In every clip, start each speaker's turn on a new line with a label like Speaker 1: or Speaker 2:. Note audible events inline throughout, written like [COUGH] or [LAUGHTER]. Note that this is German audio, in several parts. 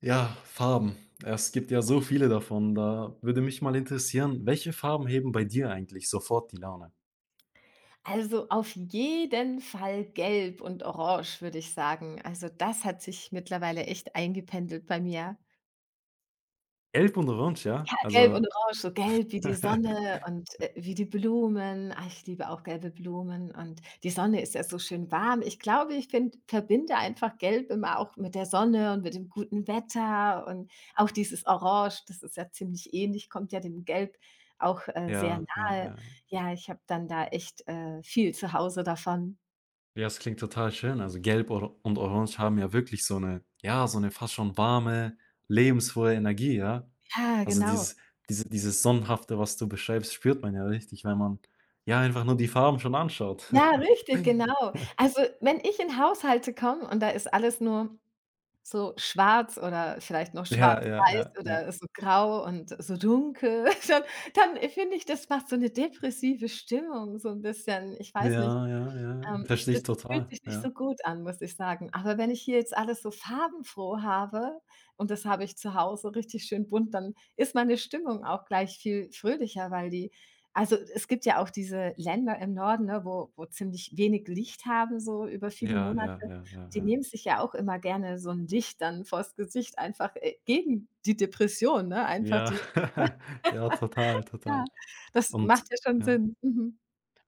Speaker 1: Ja, Farben. Ja, es gibt ja so viele davon. Da würde mich mal interessieren, welche Farben heben bei dir eigentlich sofort die Laune?
Speaker 2: Also auf jeden Fall gelb und orange, würde ich sagen. Also das hat sich mittlerweile echt eingependelt bei mir.
Speaker 1: Gelb und Orange, ja?
Speaker 2: Ja, gelb und
Speaker 1: Also
Speaker 2: orange, so gelb wie
Speaker 1: [LAUGHS]
Speaker 2: die
Speaker 1: ja,
Speaker 2: Sonne und, wie die Blumen. Ich liebe auch gelbe Blumen und die Sonne ist ja so schön warm. Ich glaube, ich find verbinde einfach gelb immer auch mit der Sonne und mit dem guten Wetter und auch dieses Orange, das ist ja ziemlich ähnlich, kommt ja dem Gelb auch, sehr
Speaker 1: ja, ja.
Speaker 2: nahe. Ja, ich habe dann da echt, viel zu Hause davon.
Speaker 1: Ja, es klingt total schön. Also Gelb or und Orange haben ja wirklich so eine, ja, so eine fast schon warme, lebensfrohe Energie, ja?
Speaker 2: Ja,
Speaker 1: Also
Speaker 2: genau.
Speaker 1: dieses dieses Sonnenhafte, was du beschreibst, spürt man ja richtig, wenn man, ja, einfach nur die Farben schon anschaut.
Speaker 2: Ja, richtig,
Speaker 1: [LAUGHS]
Speaker 2: genau. Also, wenn ich in Haushalte komme und da ist alles nur so schwarz oder vielleicht noch
Speaker 1: Ja, ja, ja,
Speaker 2: schwarz-weiß
Speaker 1: ja.
Speaker 2: oder so grau und so dunkel, [LAUGHS] dann finde ich, das macht so eine depressive Stimmung so ein bisschen. Ich weiß nicht.
Speaker 1: Ja, ja, ja.
Speaker 2: Ich
Speaker 1: Verstehe ich
Speaker 2: Das fühlt
Speaker 1: total.
Speaker 2: sich nicht
Speaker 1: Ja.
Speaker 2: so gut an, muss ich sagen. Aber wenn ich hier jetzt alles so farbenfroh habe und das habe ich zu Hause richtig schön bunt, dann ist meine Stimmung auch gleich viel fröhlicher. Weil die Also, es gibt ja auch diese Länder im Norden, ne, wo ziemlich wenig Licht haben, so über viele
Speaker 1: Ja,
Speaker 2: Monate.
Speaker 1: ja, ja, ja,
Speaker 2: Und die
Speaker 1: ja.
Speaker 2: nehmen sich ja auch immer gerne so 'n Licht dann vors Gesicht, einfach, gegen die Depression, ne? Einfach
Speaker 1: Ja,
Speaker 2: dieses
Speaker 1: [LAUGHS] ja, total, total.
Speaker 2: Ja, das
Speaker 1: Und
Speaker 2: macht ja schon
Speaker 1: ja.
Speaker 2: Sinn. Mhm.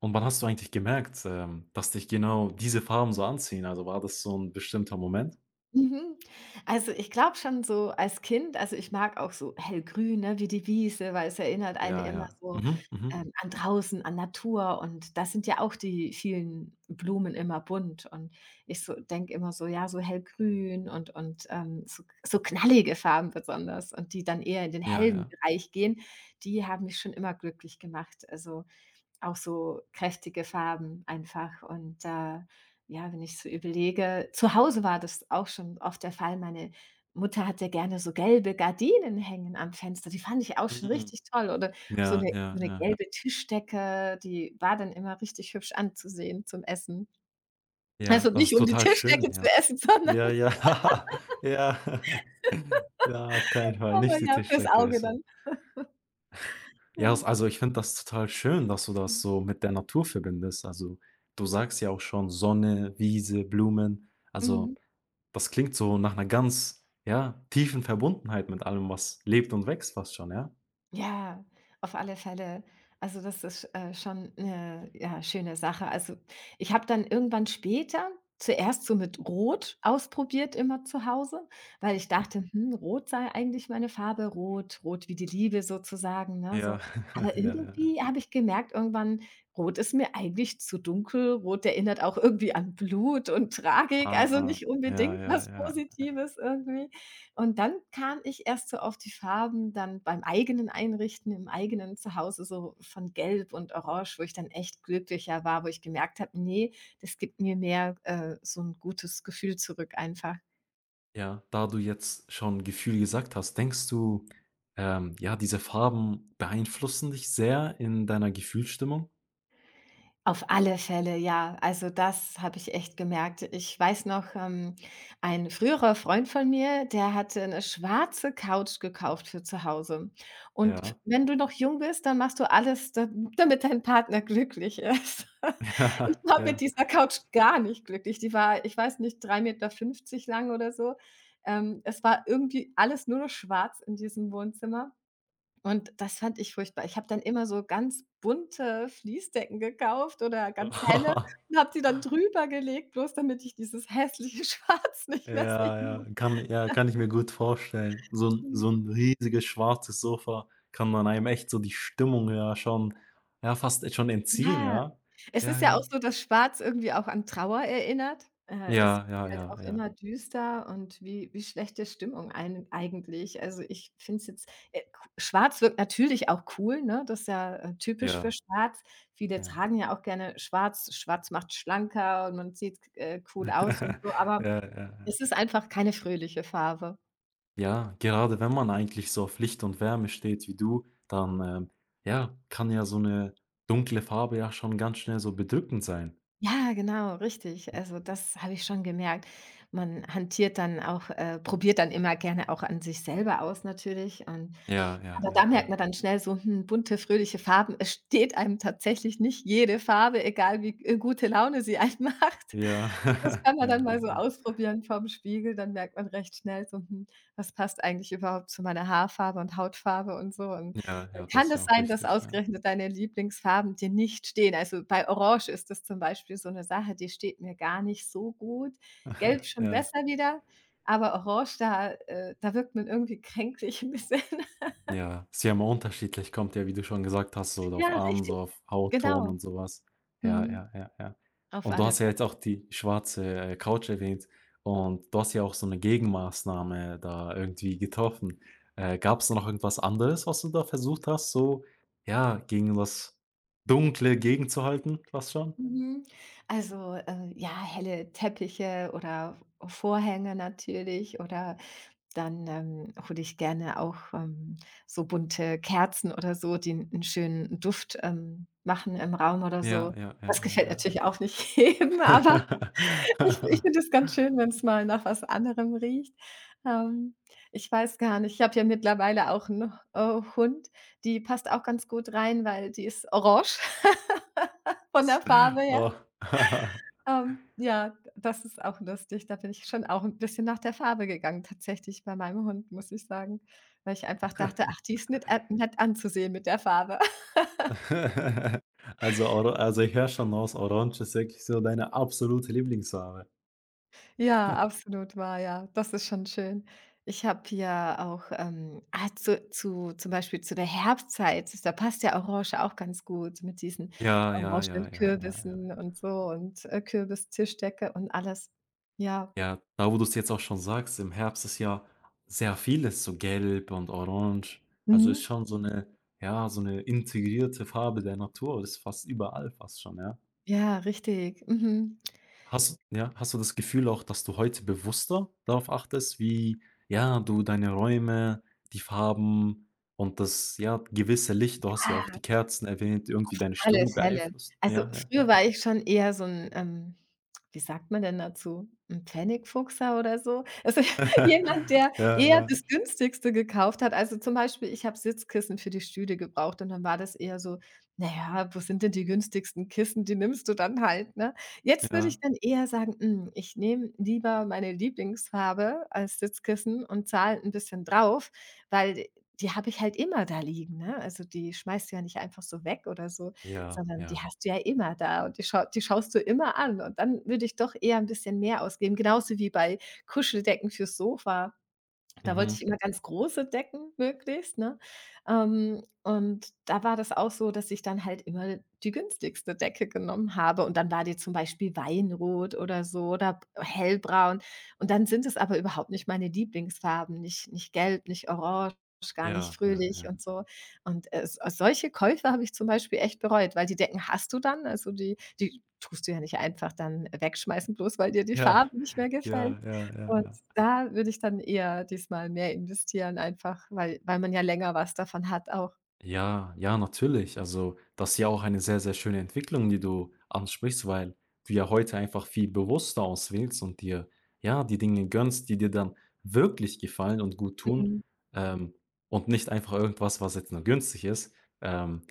Speaker 1: Und wann hast du eigentlich gemerkt, dass dich genau diese Farben so anziehen? Also, war das so ein bestimmter Moment?
Speaker 2: Mhm. Also, ich glaube schon so als Kind. Also, ich mag auch so hellgrün, ne, wie die Wiese, weil es erinnert einen
Speaker 1: Ja,
Speaker 2: immer
Speaker 1: ja.
Speaker 2: so,
Speaker 1: Mhm, mhm.
Speaker 2: ähm, an draußen, an Natur und da sind ja auch die vielen Blumen immer bunt und ich so denke immer so, ja, so hellgrün und, so knallige Farben besonders und die dann eher in den
Speaker 1: Ja,
Speaker 2: hellen
Speaker 1: ja.
Speaker 2: Bereich gehen, die haben mich schon immer glücklich gemacht. Also auch so kräftige Farben einfach und, ja, wenn ich so überlege zu Hause war das auch schon oft der Fall. Meine Mutter hatte gerne so gelbe Gardinen hängen am Fenster, die fand ich auch schon
Speaker 1: Mhm.
Speaker 2: richtig toll oder so
Speaker 1: Ja,
Speaker 2: eine
Speaker 1: ja,
Speaker 2: so 'ne
Speaker 1: ja, ja.
Speaker 2: gelbe Tischdecke, die war dann immer richtig hübsch anzusehen zum Essen.
Speaker 1: Ja,
Speaker 2: Also,
Speaker 1: das ist
Speaker 2: nicht um die
Speaker 1: total schön,
Speaker 2: Tischdecke zu
Speaker 1: ja.
Speaker 2: essen, [LAUGHS] sondern
Speaker 1: Ja, ja. [LAUGHS] Ja. [LAUGHS] Na, auf keinen Fall,
Speaker 2: aber
Speaker 1: nicht die
Speaker 2: ja, fürs
Speaker 1: Tischdecke
Speaker 2: Auge
Speaker 1: essen.
Speaker 2: dann.
Speaker 1: Ja, das
Speaker 2: Ja.
Speaker 1: also, ich finde das total schön, dass du das
Speaker 2: Mhm.
Speaker 1: so mit der Natur verbindest. Also, du sagst ja auch schon Sonne, Wiese, Blumen. Also,
Speaker 2: Mhm.
Speaker 1: das klingt so nach einer ganz, ja, tiefen Verbundenheit mit allem, was lebt und wächst fast schon, ja?
Speaker 2: Ja, auf alle Fälle. Also das ist, schon eine ja, schöne Sache. Also, ich habe dann irgendwann später zuerst so mit Rot ausprobiert immer zu Hause, weil ich
Speaker 1: Hm,
Speaker 2: dachte: „Hm, Rot sei eigentlich meine Farbe, rot wie die Liebe sozusagen“, ne, so.
Speaker 1: ja. [LAUGHS] Ja,
Speaker 2: Aber
Speaker 1: ja, ja.
Speaker 2: irgendwie habe ich gemerkt irgendwann, Rot ist mir eigentlich zu dunkel. Rot erinnert auch irgendwie an Blut und Tragik, also
Speaker 1: Ah,
Speaker 2: nicht
Speaker 1: ja,
Speaker 2: unbedingt
Speaker 1: ja,
Speaker 2: was
Speaker 1: ja.
Speaker 2: Positives irgendwie. Und dann kam ich erst so auf die Farben dann beim eigenen Einrichten im eigenen Zuhause, so von Gelb und Orange, wo ich dann echt glücklicher war, wo ich gemerkt habe: nee, das gibt mir mehr, so ein gutes Gefühl zurück einfach.“
Speaker 1: Ja, da du jetzt schon Gefühl gesagt hast, denkst du, ja, diese Farben beeinflussen dich sehr in deiner Gefühlsstimmung?
Speaker 2: Auf alle Fälle, ja. Also, das habe ich echt gemerkt. Ich weiß noch, ein früherer Freund von mir, der hatte eine schwarze Couch gekauft für zu Hause. Und f
Speaker 1: Ja.
Speaker 2: wenn du noch jung bist, dann machst du alles, da damit dein Partner glücklich ist.
Speaker 1: [LAUGHS]
Speaker 2: [LAUGHS] Ich
Speaker 1: Ja,
Speaker 2: war mit
Speaker 1: ja.
Speaker 2: dieser Couch gar nicht glücklich. Die war, ich weiß nicht, drei Meter fünfzig lang oder so. Es war irgendwie alles nur noch schwarz in diesem Wohnzimmer. Und das fand ich furchtbar. Ich habe dann immer so ganz bunte Fließdecken gekauft oder ganz helle
Speaker 1: [LAUGHS]
Speaker 2: und habe die dann drüber gelegt, bloß damit ich dieses hässliche [LAUGHS] Schwarz nicht mehr
Speaker 1: Ja,
Speaker 2: sehen
Speaker 1: ja,
Speaker 2: muss.
Speaker 1: kann ich mir gut vorstellen. So
Speaker 2: Mhm.
Speaker 1: so ein riesiges schwarzes Sofa kann man einem echt so die Stimmung ja schon ja, fast schon entziehen,
Speaker 2: Ja.
Speaker 1: ja?
Speaker 2: Es
Speaker 1: Ja,
Speaker 2: ist ja auch
Speaker 1: ja.
Speaker 2: so, dass Schwarz irgendwie auch an Trauer erinnert. Es wird
Speaker 1: Ja, ja,
Speaker 2: halt
Speaker 1: ja,
Speaker 2: auch
Speaker 1: ja.
Speaker 2: immer düster und wie schlechte Stimmung ein eigentlich. Also, ich finde es jetzt Schwarz wirkt natürlich auch cool, ne? Das ist ja, typisch für
Speaker 1: Ja,
Speaker 2: Schwarz. Viele
Speaker 1: ja.
Speaker 2: tragen ja auch gerne Schwarz. Schwarz macht schlanker und man sieht, cool aus und
Speaker 1: [LAUGHS]
Speaker 2: so, aber
Speaker 1: Ja, ja, ja.
Speaker 2: es ist einfach keine fröhliche Farbe.
Speaker 1: Ja, gerade wenn man eigentlich so auf Licht und Wärme steht wie du, dann, ja, kann ja so eine dunkle Farbe ja schon ganz schnell so bedrückend sein.
Speaker 2: Ja, genau, richtig. Also, das habe ich schon gemerkt. Man hantiert dann auch probiert dann immer gerne auch an sich selber aus natürlich und
Speaker 1: Ja, ja,
Speaker 2: aber da
Speaker 1: ja,
Speaker 2: merkt
Speaker 1: ja.
Speaker 2: man dann schnell so, hm, bunte, fröhliche Farben. Es steht einem tatsächlich nicht jede Farbe, egal wie, gute Laune sie einem [LAUGHS] macht.
Speaker 1: Ja.
Speaker 2: Das
Speaker 1: [LAUGHS]
Speaker 2: kann man
Speaker 1: Ja,
Speaker 2: dann
Speaker 1: ja,
Speaker 2: mal so
Speaker 1: ja.
Speaker 2: ausprobieren vorm Spiegel, dann merkt man recht schnell so: „Hm, was passt eigentlich überhaupt zu meiner Haarfarbe und Hautfarbe und so?“ Und
Speaker 1: Ja,
Speaker 2: dann
Speaker 1: ja, das
Speaker 2: kann
Speaker 1: ist ja
Speaker 2: es
Speaker 1: auch
Speaker 2: sein, dass
Speaker 1: wichtig, ja.
Speaker 2: ausgerechnet deine Lieblingsfarben dir nicht stehen. Also, bei Orange ist das zum Beispiel so eine Sache, die steht mir gar nicht so gut. Gelb schon
Speaker 1: Ja.
Speaker 2: besser wieder, aber Orange, da wirkt man irgendwie kränklich [LAUGHS] ein bisschen.
Speaker 1: Ja, ist ja immer unterschiedlich, kommt ja, wie du schon gesagt hast, so auf
Speaker 2: Ja,
Speaker 1: Arm, so
Speaker 2: richtig,
Speaker 1: auf Hautton
Speaker 2: genau.
Speaker 1: und sowas. Ja,
Speaker 2: Mhm.
Speaker 1: ja, ja, ja.
Speaker 2: Auf
Speaker 1: Und du
Speaker 2: alle
Speaker 1: hast ja jetzt
Speaker 2: Fälle.
Speaker 1: auch die schwarze, Couch erwähnt und du hast ja auch so eine Gegenmaßnahme da irgendwie getroffen. Gab's da noch irgendwas anderes, was du da versucht hast, so, ja, gegen das Dunkle gegenzuhalten fast schon?
Speaker 2: Mhm. Also, ja, helle Teppiche oder Vorhänge natürlich oder dann, hole ich gerne auch, so bunte Kerzen oder so, die 'n schönen Duft, machen im Raum oder
Speaker 1: Ja,
Speaker 2: so.
Speaker 1: ja, ja,
Speaker 2: Das
Speaker 1: ja,
Speaker 2: gefällt
Speaker 1: ja, ja.
Speaker 2: natürlich auch nicht [LAUGHS] jedem, aber ich finde es ganz schön, wenn es mal nach was anderem riecht. Ähm, Ich weiß gar nicht, ich habe ja mittlerweile auch 'n, Hund, die passt auch ganz gut rein, weil die ist orange [LAUGHS] von der Farbe her.
Speaker 1: [LAUGHS] Oh.
Speaker 2: Ja, das ist auch lustig. Da bin ich schon auch 'n bisschen nach der Farbe gegangen tatsächlich bei meinem Hund, muss ich sagen, weil ich einfach dachte:
Speaker 1: [LAUGHS]
Speaker 2: „Ach, die ist nett, nett anzusehen mit der Farbe.“
Speaker 1: [LAUGHS] Also, ich höre schon raus, Orange ist wirklich so deine absolute Lieblingsfarbe.
Speaker 2: Ja, absolut wahr, ja. Das ist schon schön. Ich habe ja auch, zu zum Beispiel zu der Herbstzeit, da passt ja Orange auch ganz gut mit diesen
Speaker 1: Ja, ja, ja,
Speaker 2: orangenen
Speaker 1: ja, ja, ja.
Speaker 2: Kürbissen und so und, Kürbistischdecke und alles. Ja.
Speaker 1: Ja, da, wo du es jetzt auch schon sagst, im Herbst ist ja sehr vieles so gelb und orange. Also, ist
Speaker 2: Mhm.
Speaker 1: schon so eine, ja, so eine integrierte Farbe der Natur. Ist fast überall fast schon, ja.
Speaker 2: Ja, richtig. Mhm.
Speaker 1: Hast du das Gefühl auch, dass du heute bewusster darauf achtest, wie, ja, du deine Räume, die Farben und das, ja, gewisse Licht, du hast ja
Speaker 2: Ah.
Speaker 1: auch die Kerzen erwähnt, irgendwie deine Stimmung
Speaker 2: Alles helle.
Speaker 1: beeinflusst?
Speaker 2: Also,
Speaker 1: Ja, ja,
Speaker 2: früher
Speaker 1: ja.
Speaker 2: war ich schon eher so 'n, wie sagt man denn dazu? 'N Pfennigfuchser oder so? Also, [LAUGHS] jemand,
Speaker 1: [LAUGHS]
Speaker 2: der
Speaker 1: Ja,
Speaker 2: eher
Speaker 1: ja,
Speaker 2: das Günstigste gekauft hat. Also, zum Beispiel, ich habe Sitzkissen für die Stühle gebraucht und dann war das eher so: „Na ja, wo sind denn die günstigsten Kissen? Die nimmst du dann halt“, ne? Jetzt würde
Speaker 1: ja.
Speaker 2: ich dann eher sagen: „Hm, ich nehme lieber meine Lieblingsfarbe als Sitzkissen und zahle 'n bisschen drauf“, weil die habe ich halt immer da liegen, ne? Also, die schmeißt du ja nicht einfach so weg oder so,
Speaker 1: Ja,
Speaker 2: sondern die
Speaker 1: ja.
Speaker 2: hast du ja immer da und die schaust du immer an und dann würde ich doch eher ein bisschen mehr ausgeben, genauso wie bei Kuscheldecken fürs Sofa. Da wollte ich
Speaker 1: Mhm.
Speaker 2: immer ganz große Decken möglichst, ne? Und da war das auch so, dass ich dann halt immer die günstigste Decke genommen habe und dann war die zum Beispiel weinrot oder so oder hellbraun. Und dann sind es aber überhaupt nicht meine Lieblingsfarben, nicht nicht gelb, nicht orange, gar nicht
Speaker 1: Ja, ja,
Speaker 2: fröhlich
Speaker 1: ja.
Speaker 2: und so. Und, s solche Käufe habe ich zum Beispiel echt bereut, weil die Decken hast du dann, also die tust du ja nicht einfach dann wegschmeißen, bloß weil dir die
Speaker 1: Ja,
Speaker 2: Farbe nicht mehr gefällt.
Speaker 1: ja, ja,
Speaker 2: Und
Speaker 1: ja.
Speaker 2: da würde ich dann eher diesmal mehr investieren, einfach weil man ja länger was davon hat auch.
Speaker 1: Ja, ja, natürlich. Also, das ist ja auch eine sehr, sehr schöne Entwicklung, die du ansprichst, weil du ja heute einfach viel bewusster auswählst und dir, ja, die Dinge gönnst, die dir dann wirklich gefallen und gut tun,
Speaker 2: Mhm.
Speaker 1: ähm, und nicht einfach irgendwas, was jetzt nur günstig ist. Ähm,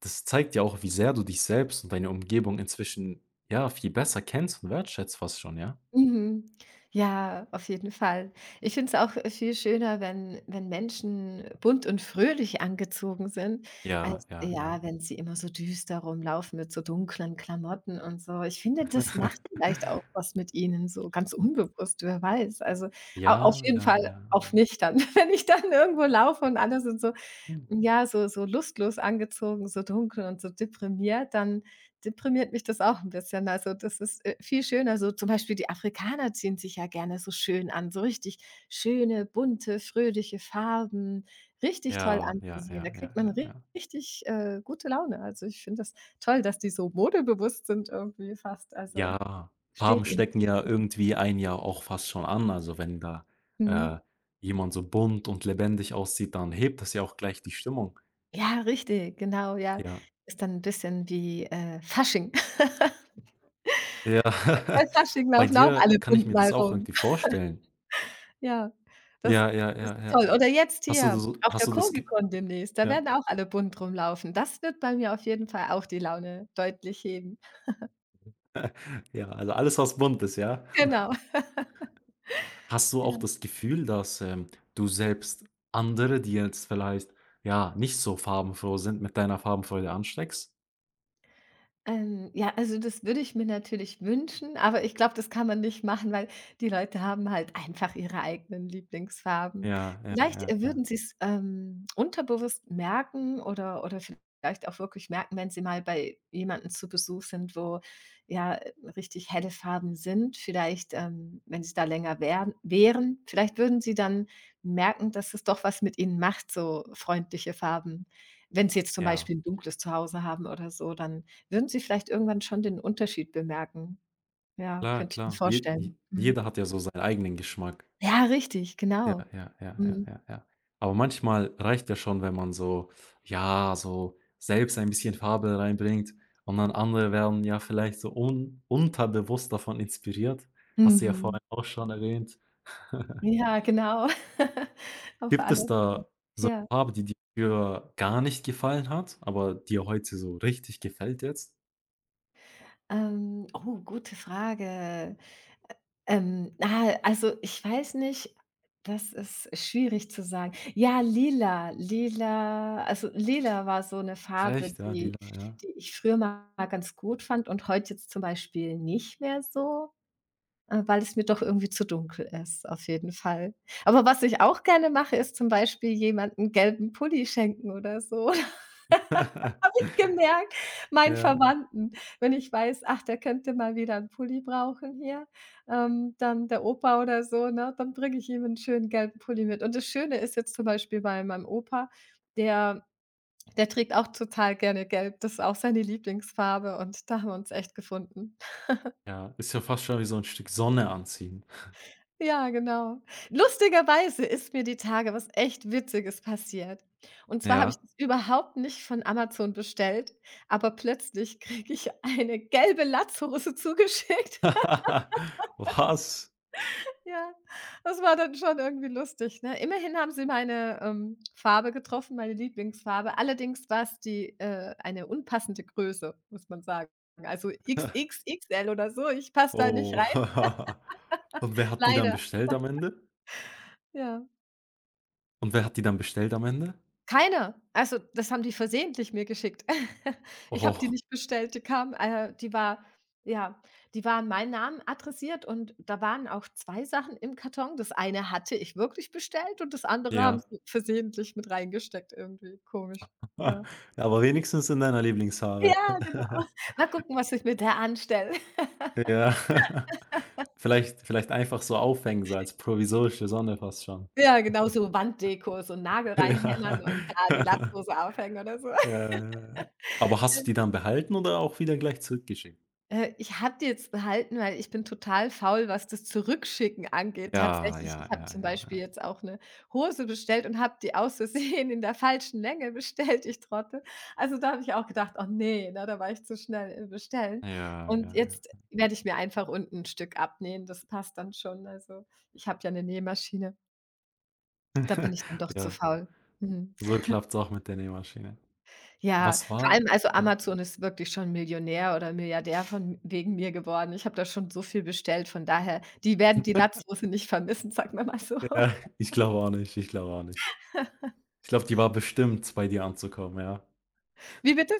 Speaker 1: Das zeigt ja auch, wie sehr du dich selbst und deine Umgebung inzwischen, ja, viel besser kennst und wertschätzt fast schon, ja?
Speaker 2: Mhm. Ja, auf jeden Fall. Ich finde es auch viel schöner, wenn Menschen bunt und fröhlich angezogen sind,
Speaker 1: Ja,
Speaker 2: als
Speaker 1: ja, ja.
Speaker 2: ja, wenn sie immer so düster rumlaufen mit so dunklen Klamotten und so. Ich finde, das macht
Speaker 1: [LAUGHS]
Speaker 2: vielleicht auch was mit ihnen, so ganz unbewusst, wer weiß. Also, au auf
Speaker 1: Ja,
Speaker 2: jeden
Speaker 1: ja,
Speaker 2: Fall
Speaker 1: ja,
Speaker 2: auf
Speaker 1: ja.
Speaker 2: mich dann, [LAUGHS] wenn ich dann irgendwo laufe und alle sind so
Speaker 1: Hm.
Speaker 2: ja, so lustlos angezogen, so dunkel und so deprimiert, dann deprimiert mich das auch ein bisschen. Also, das ist, viel schöner. So zum Beispiel die Afrikaner ziehen sich ja gerne so schön an, so richtig schöne, bunte, fröhliche Farben, richtig toll
Speaker 1: Ja, ja,
Speaker 2: anzusehen.
Speaker 1: ja,
Speaker 2: Da
Speaker 1: ja,
Speaker 2: kriegt
Speaker 1: ja,
Speaker 2: man
Speaker 1: ja.
Speaker 2: richtig, gute Laune. Also, ich finde das toll, dass die so modebewusst sind irgendwie fast. Also,
Speaker 1: Ja, Farben
Speaker 2: steht ihnen
Speaker 1: stecken
Speaker 2: richtig.
Speaker 1: ja irgendwie ein Jahr auch fast schon an. Also wenn da,
Speaker 2: Mhm.
Speaker 1: äh, jemand so bunt und lebendig aussieht, dann hebt das ja auch gleich die Stimmung.
Speaker 2: Ja, richtig, genau, ja.
Speaker 1: Ja.
Speaker 2: Ist dann ein bisschen wie, Fasching. [LAUGHS]
Speaker 1: Ja.
Speaker 2: Bei
Speaker 1: [LAUGHS]
Speaker 2: Fasching
Speaker 1: Bei
Speaker 2: laufen auch
Speaker 1: dir
Speaker 2: alle
Speaker 1: kann ich
Speaker 2: bunt
Speaker 1: mir
Speaker 2: mal
Speaker 1: das auch
Speaker 2: rum.
Speaker 1: irgendwie vorstellen.
Speaker 2: Ja, das
Speaker 1: Ja, ja,
Speaker 2: das
Speaker 1: ja,
Speaker 2: ist
Speaker 1: ja.
Speaker 2: toll. Oder jetzt hier auf
Speaker 1: Hast
Speaker 2: der
Speaker 1: du das Ge
Speaker 2: Comicon demnächst, da
Speaker 1: ja.
Speaker 2: werden auch alle bunt rumlaufen. Das wird bei mir auf jeden Fall auch die Laune deutlich heben.
Speaker 1: [LAUGHS] Ja, also alles, was bunt ist, ja?
Speaker 2: Genau. [LAUGHS]
Speaker 1: Hast du auch
Speaker 2: Ja.
Speaker 1: das Gefühl, dass, du selbst andere, die jetzt vielleicht, ja, nicht so farbenfroh sind, mit deiner Farbenfreude ansteckst?
Speaker 2: Ja, also das würde ich mir natürlich wünschen, aber ich glaube, das kann man nicht machen, weil die Leute haben halt einfach ihre eigenen Lieblingsfarben.
Speaker 1: Ja, ja,
Speaker 2: Vielleicht,
Speaker 1: ja,
Speaker 2: äh,
Speaker 1: ja.
Speaker 2: würden sie's, unterbewusst merken oder vielleicht auch wirklich merken, wenn sie mal bei jemandem zu Besuch sind, wo, ja, richtig helle Farben sind. Vielleicht, wenn sie da länger wären, vielleicht würden sie dann merken, dass es doch was mit ihnen macht, so freundliche Farben. Wenn sie jetzt zum
Speaker 1: Ja.
Speaker 2: Beispiel 'n dunkles Zuhause haben oder so, dann würden Sie vielleicht irgendwann schon den Unterschied bemerken? Ja,
Speaker 1: Klar,
Speaker 2: könnte ich mir
Speaker 1: klar. Je
Speaker 2: vorstellen.
Speaker 1: je
Speaker 2: Mhm.
Speaker 1: jeder hat ja so seinen eigenen Geschmack.
Speaker 2: Ja, richtig,
Speaker 1: Ja,
Speaker 2: genau.
Speaker 1: ja, ja, ja,
Speaker 2: Mhm.
Speaker 1: ja, ja. Aber manchmal reicht ja schon, wenn man so ja, so selbst ein bisschen Farbe reinbringt und dann andere werden ja vielleicht so un unterbewusst davon inspiriert. Hast du ja
Speaker 2: Mhm.
Speaker 1: vorhin auch schon erwähnt. [LAUGHS]
Speaker 2: Ja, genau. [LAUGHS] Auf
Speaker 1: Gibt es
Speaker 2: alle Fälle.
Speaker 1: da so
Speaker 2: Ja.
Speaker 1: eine Farbe, die dir früher gar nicht gefallen hat, aber dir heute so richtig gefällt jetzt?
Speaker 2: Oh, gute Frage. Also, ich weiß nicht, das ist schwierig zu sagen. Ja, lila war so eine
Speaker 1: Ach
Speaker 2: Farbe,
Speaker 1: echt? Ja,
Speaker 2: die
Speaker 1: lila, ja.
Speaker 2: ich früher mal ganz gut fand und heute jetzt zum Beispiel nicht mehr so. Weil es mir doch irgendwie zu dunkel ist, auf jeden Fall. Aber was ich auch gerne mache, ist zum Beispiel jemanden gelben Pulli schenken oder so. [LAUGHS] Das habe
Speaker 1: [LAUGHS]
Speaker 2: ich gemerkt, meinen
Speaker 1: Ja.
Speaker 2: Verwandten. Wenn ich weiß, ach, der könnte mal wieder einen Pulli brauchen hier, dann der Opa oder so, ne, dann bringe ich ihm einen schönen gelben Pulli mit. Und das Schöne ist jetzt zum Beispiel bei meinem Opa, der der trägt auch total gerne gelb. Das ist auch seine Lieblingsfarbe und da haben wir uns echt gefunden.
Speaker 1: Ja, ist ja fast schon wie so ein Stück Sonne anziehen.
Speaker 2: Ja, genau. Lustigerweise ist mir die Tage was echt Witziges passiert. Und zwar habe ich
Speaker 1: Ja.
Speaker 2: das überhaupt nicht von Amazon bestellt, aber plötzlich kriege ich eine gelbe Latzhose zugeschickt. [LAUGHS]
Speaker 1: [LAUGHS] Was?
Speaker 2: Ja, das war dann schon irgendwie lustig, ne? Immerhin haben sie meine, Farbe getroffen, meine Lieblingsfarbe. Allerdings war es die, eine unpassende Größe, muss man sagen. Also
Speaker 1: [LAUGHS]
Speaker 2: XXXL oder so, ich passe da nicht
Speaker 1: Oh.
Speaker 2: rein,
Speaker 1: [LAUGHS] Und wer hat die dann
Speaker 2: leider.
Speaker 1: bestellt am Ende?
Speaker 2: Ja.
Speaker 1: Und wer hat die dann bestellt am Ende?
Speaker 2: Keine. Also, das haben die versehentlich mir geschickt. [LAUGHS] Ich habe die
Speaker 1: Oh,
Speaker 2: nicht bestellt, die kam die war ja, die war an meinen Namen adressiert und da waren auch 2 Sachen im Karton. Das eine hatte ich wirklich bestellt und das andere haben
Speaker 1: ja.
Speaker 2: sie versehentlich mit reingesteckt irgendwie. Komisch.
Speaker 1: [LAUGHS] Ja,
Speaker 2: Ja.
Speaker 1: aber wenigstens in deiner Lieblingsfarbe.
Speaker 2: Ja, genau.
Speaker 1: [LAUGHS]
Speaker 2: [LAUGHS] Mal gucken, was ich mit der anstelle. [LAUGHS]
Speaker 1: Ja. [LAUGHS] Vielleicht einfach so aufhängen, so als provisorische Sonne fast schon.
Speaker 2: Ja, genau, so Wanddeko, so
Speaker 1: [LAUGHS]
Speaker 2: Nagel reinhämmern
Speaker 1: Ja.
Speaker 2: und da die
Speaker 1: [LAUGHS]
Speaker 2: Latzhose aufhängen oder so.
Speaker 1: Äh, aber hast du die dann behalten oder auch wieder gleich zurückgeschickt?
Speaker 2: Ich habe die jetzt behalten, weil ich bin total faul, was das Zurückschicken angeht.
Speaker 1: Ja,
Speaker 2: Tatsächlich,
Speaker 1: ja,
Speaker 2: ich habe
Speaker 1: ja,
Speaker 2: zum
Speaker 1: ja,
Speaker 2: Beispiel
Speaker 1: ja.
Speaker 2: jetzt auch 'ne Hose bestellt und habe die aus Versehen in der falschen Länge bestellt, ich Trottel. Also, da habe ich auch gedacht: „Oh ne, ne, da war ich zu schnell im Bestellen.“
Speaker 1: Ja,
Speaker 2: Und
Speaker 1: ja,
Speaker 2: jetzt werde ich mir einfach unten 'n Stück abnähen, das passt dann schon. Also, ich habe ja 'ne Nähmaschine, da
Speaker 1: ja.
Speaker 2: bin ich dann doch
Speaker 1: [LAUGHS]
Speaker 2: zu
Speaker 1: Ja.
Speaker 2: faul. Mhm.
Speaker 1: So klappt's auch mit der Nähmaschine.
Speaker 2: Ja,
Speaker 1: Was
Speaker 2: vor
Speaker 1: war
Speaker 2: allem also
Speaker 1: ja.
Speaker 2: Amazon ist wirklich schon Millionär oder Milliardär von wegen mir geworden. Ich habe da schon so viel bestellt, von daher, die werden die Latzhose nicht vermissen, sagen wir mal so.
Speaker 1: Ja. Ich glaube auch nicht, ich glaube auch nicht.
Speaker 2: [LAUGHS]
Speaker 1: Ich glaube, die war bestimmt, bei dir anzukommen, ja.
Speaker 2: Wie bitte?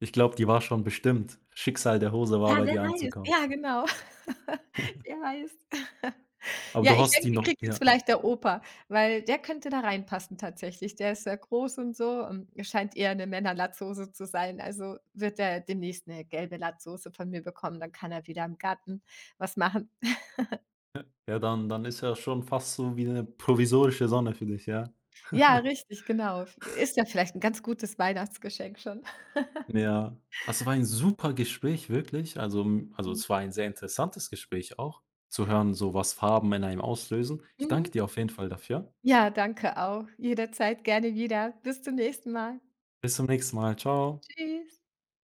Speaker 1: Ich glaube, die war schon bestimmt. Schicksal der Hose war,
Speaker 2: Ja,
Speaker 1: bei
Speaker 2: wer
Speaker 1: dir
Speaker 2: weiß.
Speaker 1: anzukommen.
Speaker 2: Ja, genau. [LAUGHS] Wer weiß.
Speaker 1: Aber
Speaker 2: Ja,
Speaker 1: du
Speaker 2: ich
Speaker 1: hast
Speaker 2: denke,
Speaker 1: die
Speaker 2: die
Speaker 1: noch
Speaker 2: kriegt jetzt
Speaker 1: ja, ja.
Speaker 2: vielleicht der Opa, weil der könnte da reinpassen tatsächlich. Der ist sehr groß und so und scheint eher eine Männerlatzhose zu sein. Also wird er demnächst 'ne gelbe Latzhose von mir bekommen, dann kann er wieder im Garten was machen.
Speaker 1: Ja, dann ist ja schon fast so wie 'ne provisorische Sonne für dich, ja?
Speaker 2: Ja,
Speaker 1: [LAUGHS]
Speaker 2: richtig, genau. Ist ja vielleicht ein ganz gutes Weihnachtsgeschenk schon.
Speaker 1: Ja. Also, es war ein super Gespräch, wirklich. Also,
Speaker 2: Mhm.
Speaker 1: es war ein sehr interessantes Gespräch auch, zu hören, so was Farben in einem auslösen. Ich danke
Speaker 2: Mhm.
Speaker 1: dir auf jeden Fall dafür.
Speaker 2: Ja, danke auch. Jederzeit gerne wieder. Bis zum nächsten Mal.
Speaker 1: Bis zum nächsten Mal. Tschau.
Speaker 2: Tschüss.